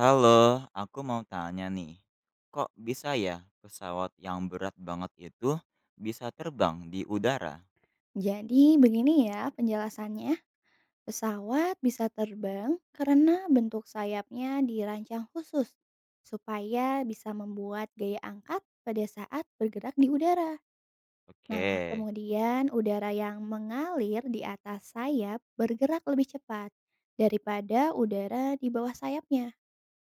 Halo, aku mau tanya nih, kok bisa ya pesawat yang berat banget itu bisa terbang di udara? Jadi begini ya penjelasannya. Pesawat bisa terbang karena bentuk sayapnya dirancang khusus supaya bisa membuat gaya angkat pada saat bergerak di udara. Nah, Oke, kemudian udara yang mengalir di atas sayap bergerak lebih cepat daripada udara di bawah sayapnya.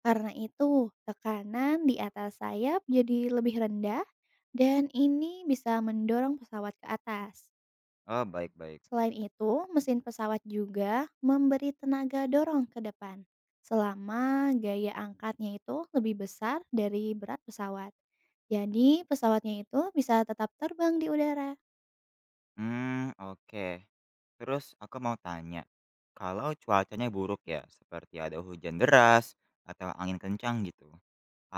Karena itu, tekanan di atas sayap jadi lebih rendah dan ini bisa mendorong pesawat ke atas. oh baik-baik. Selain itu, mesin pesawat juga memberi tenaga dorong ke depan selama gaya angkatnya itu lebih besar dari berat pesawat. Jadi, pesawatnya itu bisa tetap terbang di udara. Hmm, oke. Terus aku mau tanya, kalau cuacanya buruk ya, seperti ada hujan deras atau angin kencang gitu,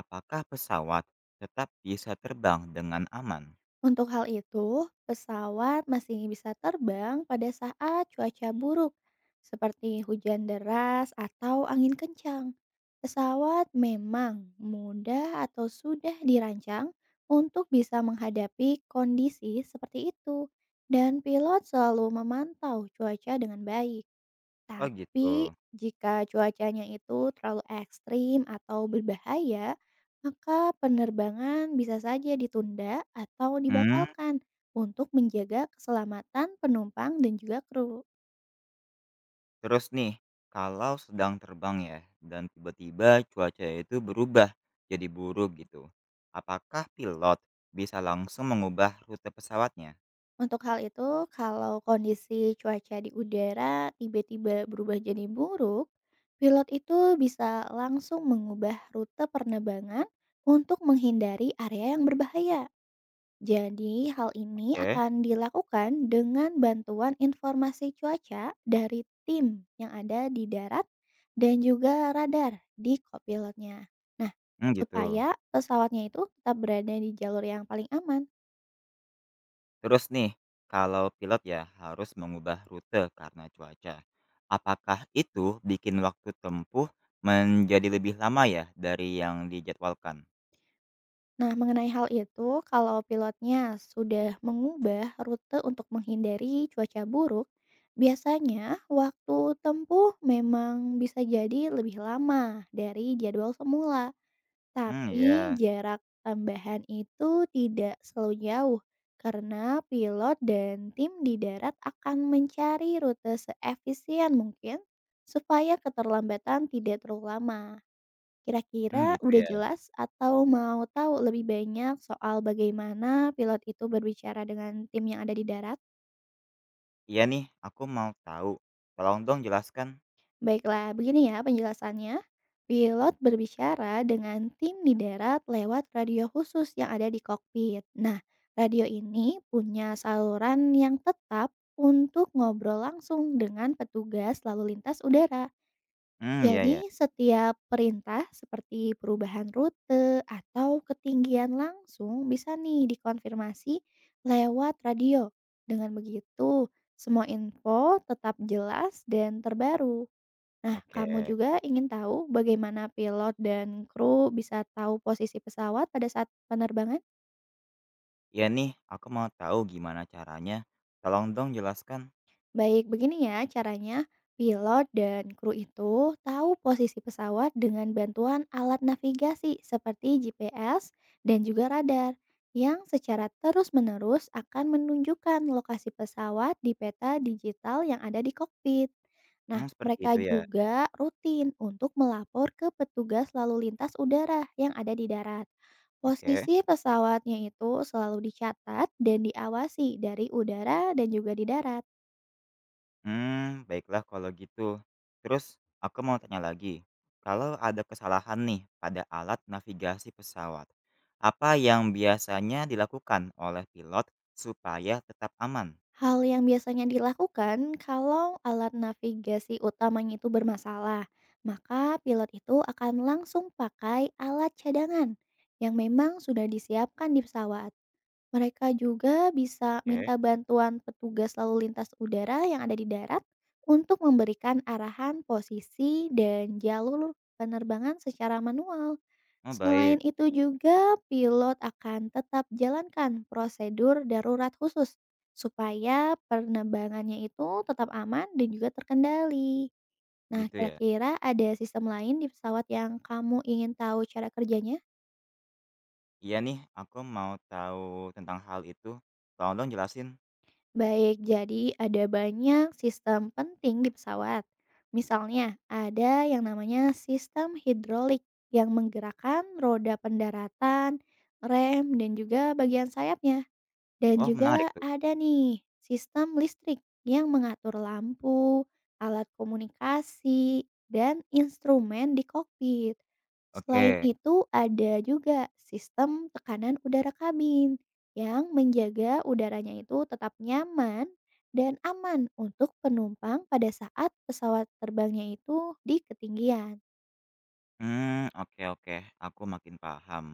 apakah pesawat tetap bisa terbang dengan aman? Untuk hal itu, pesawat masih bisa terbang pada saat cuaca buruk, seperti hujan deras atau angin kencang. Pesawat memang mudah atau sudah dirancang untuk bisa menghadapi kondisi seperti itu, dan pilot selalu memantau cuaca dengan baik. Oh Tapi gitu. jika cuacanya itu terlalu ekstrim atau berbahaya, maka penerbangan bisa saja ditunda atau Hmm, dibatalkan untuk menjaga keselamatan penumpang dan juga kru. Terus nih, kalau sedang terbang ya, dan tiba-tiba cuaca itu berubah jadi buruk gitu. Apakah pilot bisa langsung mengubah rute pesawatnya? Untuk hal itu, kalau kondisi cuaca di udara tiba-tiba berubah jadi buruk, pilot itu bisa langsung mengubah rute penerbangan untuk menghindari area yang berbahaya. Jadi, hal ini Oke. akan dilakukan dengan bantuan informasi cuaca dari tim yang ada di darat dan juga radar di kopilotnya. Nah, Hmm, gitu. supaya pesawatnya itu tetap berada di jalur yang paling aman. Terus nih, kalau pilot ya harus mengubah rute karena cuaca. Apakah itu bikin waktu tempuh menjadi lebih lama ya dari yang dijadwalkan? Nah, mengenai hal itu, kalau pilotnya sudah mengubah rute untuk menghindari cuaca buruk, biasanya waktu tempuh memang bisa jadi lebih lama dari jadwal semula. Hmm, Tapi ya. jarak tambahan itu tidak selalu jauh karena pilot dan tim di darat akan mencari rute seefisien mungkin supaya keterlambatan tidak terlalu lama. Hmm, Kira-kira gitu udah ya. jelas atau mau tahu lebih banyak soal bagaimana pilot itu berbicara dengan tim yang ada di darat? Iya nih, aku mau tahu. Tolong dong jelaskan. Baiklah, begini ya penjelasannya. Pilot berbicara dengan tim di darat lewat radio khusus yang ada di kokpit. Nah, radio ini punya saluran yang tetap untuk ngobrol langsung dengan petugas lalu lintas udara. Hmm, ya ya. Jadi, setiap perintah seperti perubahan rute atau ketinggian langsung bisa nih dikonfirmasi lewat radio. Dengan begitu, semua info tetap jelas dan terbaru. Nah, Oke. kamu juga ingin tahu bagaimana pilot dan kru bisa tahu posisi pesawat pada saat penerbangan? Iya nih, aku mau tahu gimana caranya. Tolong dong jelaskan. Baik, begini ya caranya. Pilot dan kru itu tahu posisi pesawat dengan bantuan alat navigasi seperti GPS dan juga radar yang secara terus-menerus akan menunjukkan lokasi pesawat di peta digital yang ada di kokpit. Nah, Mmm, seperti mereka itu ya? juga rutin untuk melapor ke petugas lalu lintas udara yang ada di darat. Oke. Posisi pesawatnya itu selalu dicatat dan diawasi dari udara dan juga di darat. Hmm, baiklah kalau gitu. Terus aku mau tanya lagi, kalau ada kesalahan nih pada alat navigasi pesawat, apa yang biasanya dilakukan oleh pilot supaya tetap aman? Hal yang biasanya dilakukan kalau alat navigasi utamanya itu bermasalah, maka pilot itu akan langsung pakai alat cadangan yang memang sudah disiapkan di pesawat. Mereka juga bisa minta Oke. bantuan petugas lalu lintas udara yang ada di darat untuk memberikan arahan posisi dan jalur penerbangan secara manual. Oh, Selain baik, itu juga pilot akan tetap jalankan prosedur darurat khusus supaya penerbangannya itu tetap aman dan juga terkendali. Nah, gitu ya? kira-kira ada sistem lain di pesawat yang kamu ingin tahu cara kerjanya? Iya nih, aku mau tahu tentang hal itu. Tolong dong jelasin. Baik, jadi ada banyak sistem penting di pesawat. Misalnya, ada yang namanya sistem hidrolik yang menggerakkan roda pendaratan, rem, dan juga bagian sayapnya. Dan Oh, menarik juga tuh. ada nih sistem listrik yang mengatur lampu, alat komunikasi, dan instrumen di kokpit. Selain Oke. itu ada juga sistem tekanan udara kabin yang menjaga udaranya itu tetap nyaman dan aman untuk penumpang pada saat pesawat terbangnya itu di ketinggian. Hmm, oke oke, aku makin paham.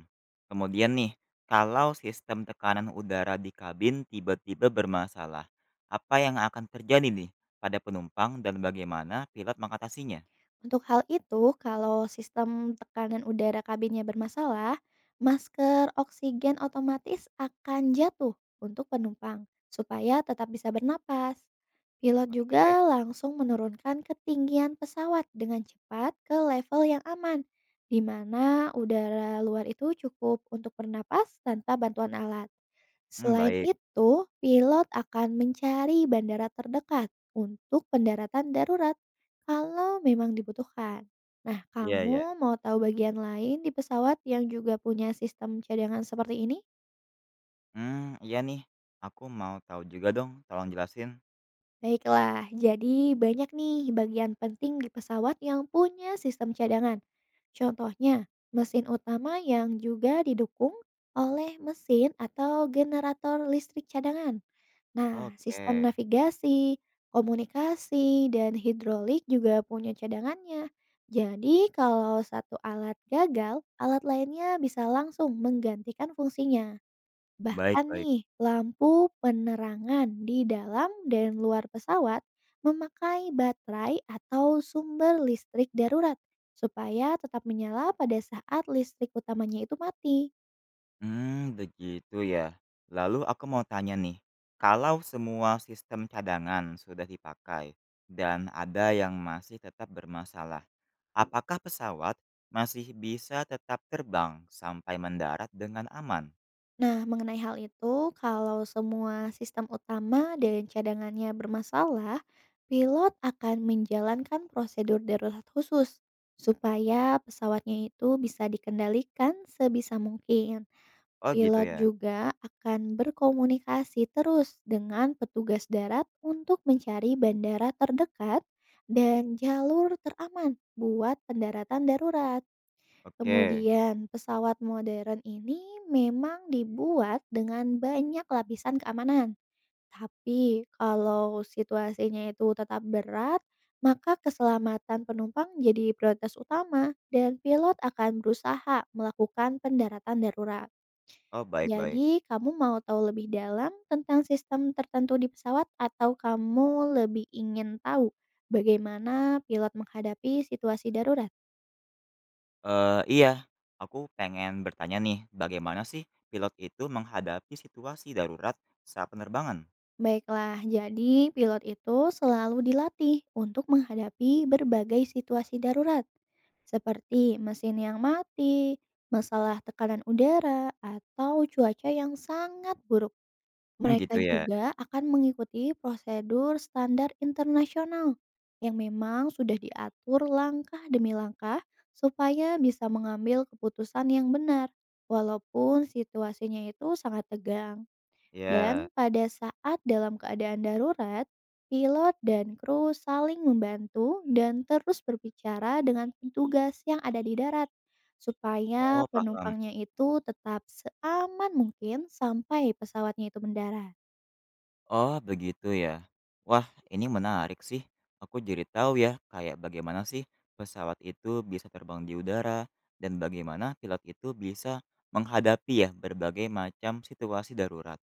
Kemudian nih, kalau sistem tekanan udara di kabin tiba-tiba bermasalah, apa yang akan terjadi nih pada penumpang dan bagaimana pilot mengatasinya? Untuk hal itu, kalau sistem tekanan udara kabinnya bermasalah, masker oksigen otomatis akan jatuh untuk penumpang supaya tetap bisa bernapas. Pilot Oke. juga langsung menurunkan ketinggian pesawat dengan cepat ke level yang aman, di mana udara luar itu cukup untuk bernapas tanpa bantuan alat. Hmm, Selain baik, itu, pilot akan mencari bandara terdekat untuk pendaratan darurat kalau memang dibutuhkan. Nah, iya ya. kamu mau tahu bagian lain di pesawat yang juga punya sistem cadangan seperti ini? Hmm, iya nih, aku mau tahu juga dong, tolong jelasin. Baiklah, jadi banyak nih bagian penting di pesawat yang punya sistem cadangan. Contohnya, mesin utama yang juga didukung oleh mesin atau generator listrik cadangan. Nah, sistem Oke, navigasi, komunikasi, dan hidrolik juga punya cadangannya. Jadi, kalau satu alat gagal, alat lainnya bisa langsung menggantikan fungsinya. baik Bahkan baik. nih, lampu penerangan di dalam dan luar pesawat memakai baterai atau sumber listrik darurat supaya tetap menyala pada saat listrik utamanya itu mati. Hmm, begitu ya. Lalu aku mau tanya nih, kalau semua sistem cadangan sudah dipakai dan ada yang masih tetap bermasalah, apakah pesawat masih bisa tetap terbang sampai mendarat dengan aman? Nah, mengenai hal itu, kalau semua sistem utama dan cadangannya bermasalah, pilot akan menjalankan prosedur darurat khusus supaya pesawatnya itu bisa dikendalikan sebisa mungkin. Oh, gitu Pilot ya? juga akan berkomunikasi terus dengan petugas darat untuk mencari bandara terdekat dan jalur teraman buat pendaratan darurat. Oke. Kemudian, pesawat modern ini memang dibuat dengan banyak lapisan keamanan. Tapi kalau situasinya itu tetap berat, maka keselamatan penumpang jadi prioritas utama dan pilot akan berusaha melakukan pendaratan darurat. Oh, baik baik. Jadi, kamu mau tahu lebih dalam tentang sistem tertentu di pesawat atau kamu lebih ingin tahu bagaimana pilot menghadapi situasi darurat? Eh iya, aku pengen bertanya nih, bagaimana sih pilot itu menghadapi situasi darurat saat penerbangan? Baiklah, jadi pilot itu selalu dilatih untuk menghadapi berbagai situasi darurat, seperti mesin yang mati, masalah tekanan udara, atau cuaca yang sangat buruk. Mmm, Mereka gitu ya? juga akan mengikuti prosedur standar internasional yang memang sudah diatur langkah demi langkah supaya bisa mengambil keputusan yang benar, walaupun situasinya itu sangat tegang. Dan Ya. pada saat dalam keadaan darurat, pilot dan kru saling membantu dan terus berbicara dengan petugas yang ada di darat supaya Oh, paham. penumpangnya itu tetap seaman mungkin sampai pesawatnya itu mendarat. Oh, begitu ya. Wah, ini menarik sih. Aku jadi tahu ya, kayak bagaimana sih pesawat itu bisa terbang di udara dan bagaimana pilot itu bisa menghadapi ya berbagai macam situasi darurat.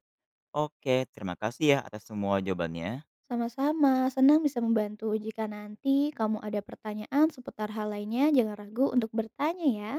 Oke, terima kasih ya atas semua jawabannya. Sama-sama, senang bisa membantu. Jika nanti kamu ada pertanyaan seputar hal lainnya, jangan ragu untuk bertanya ya.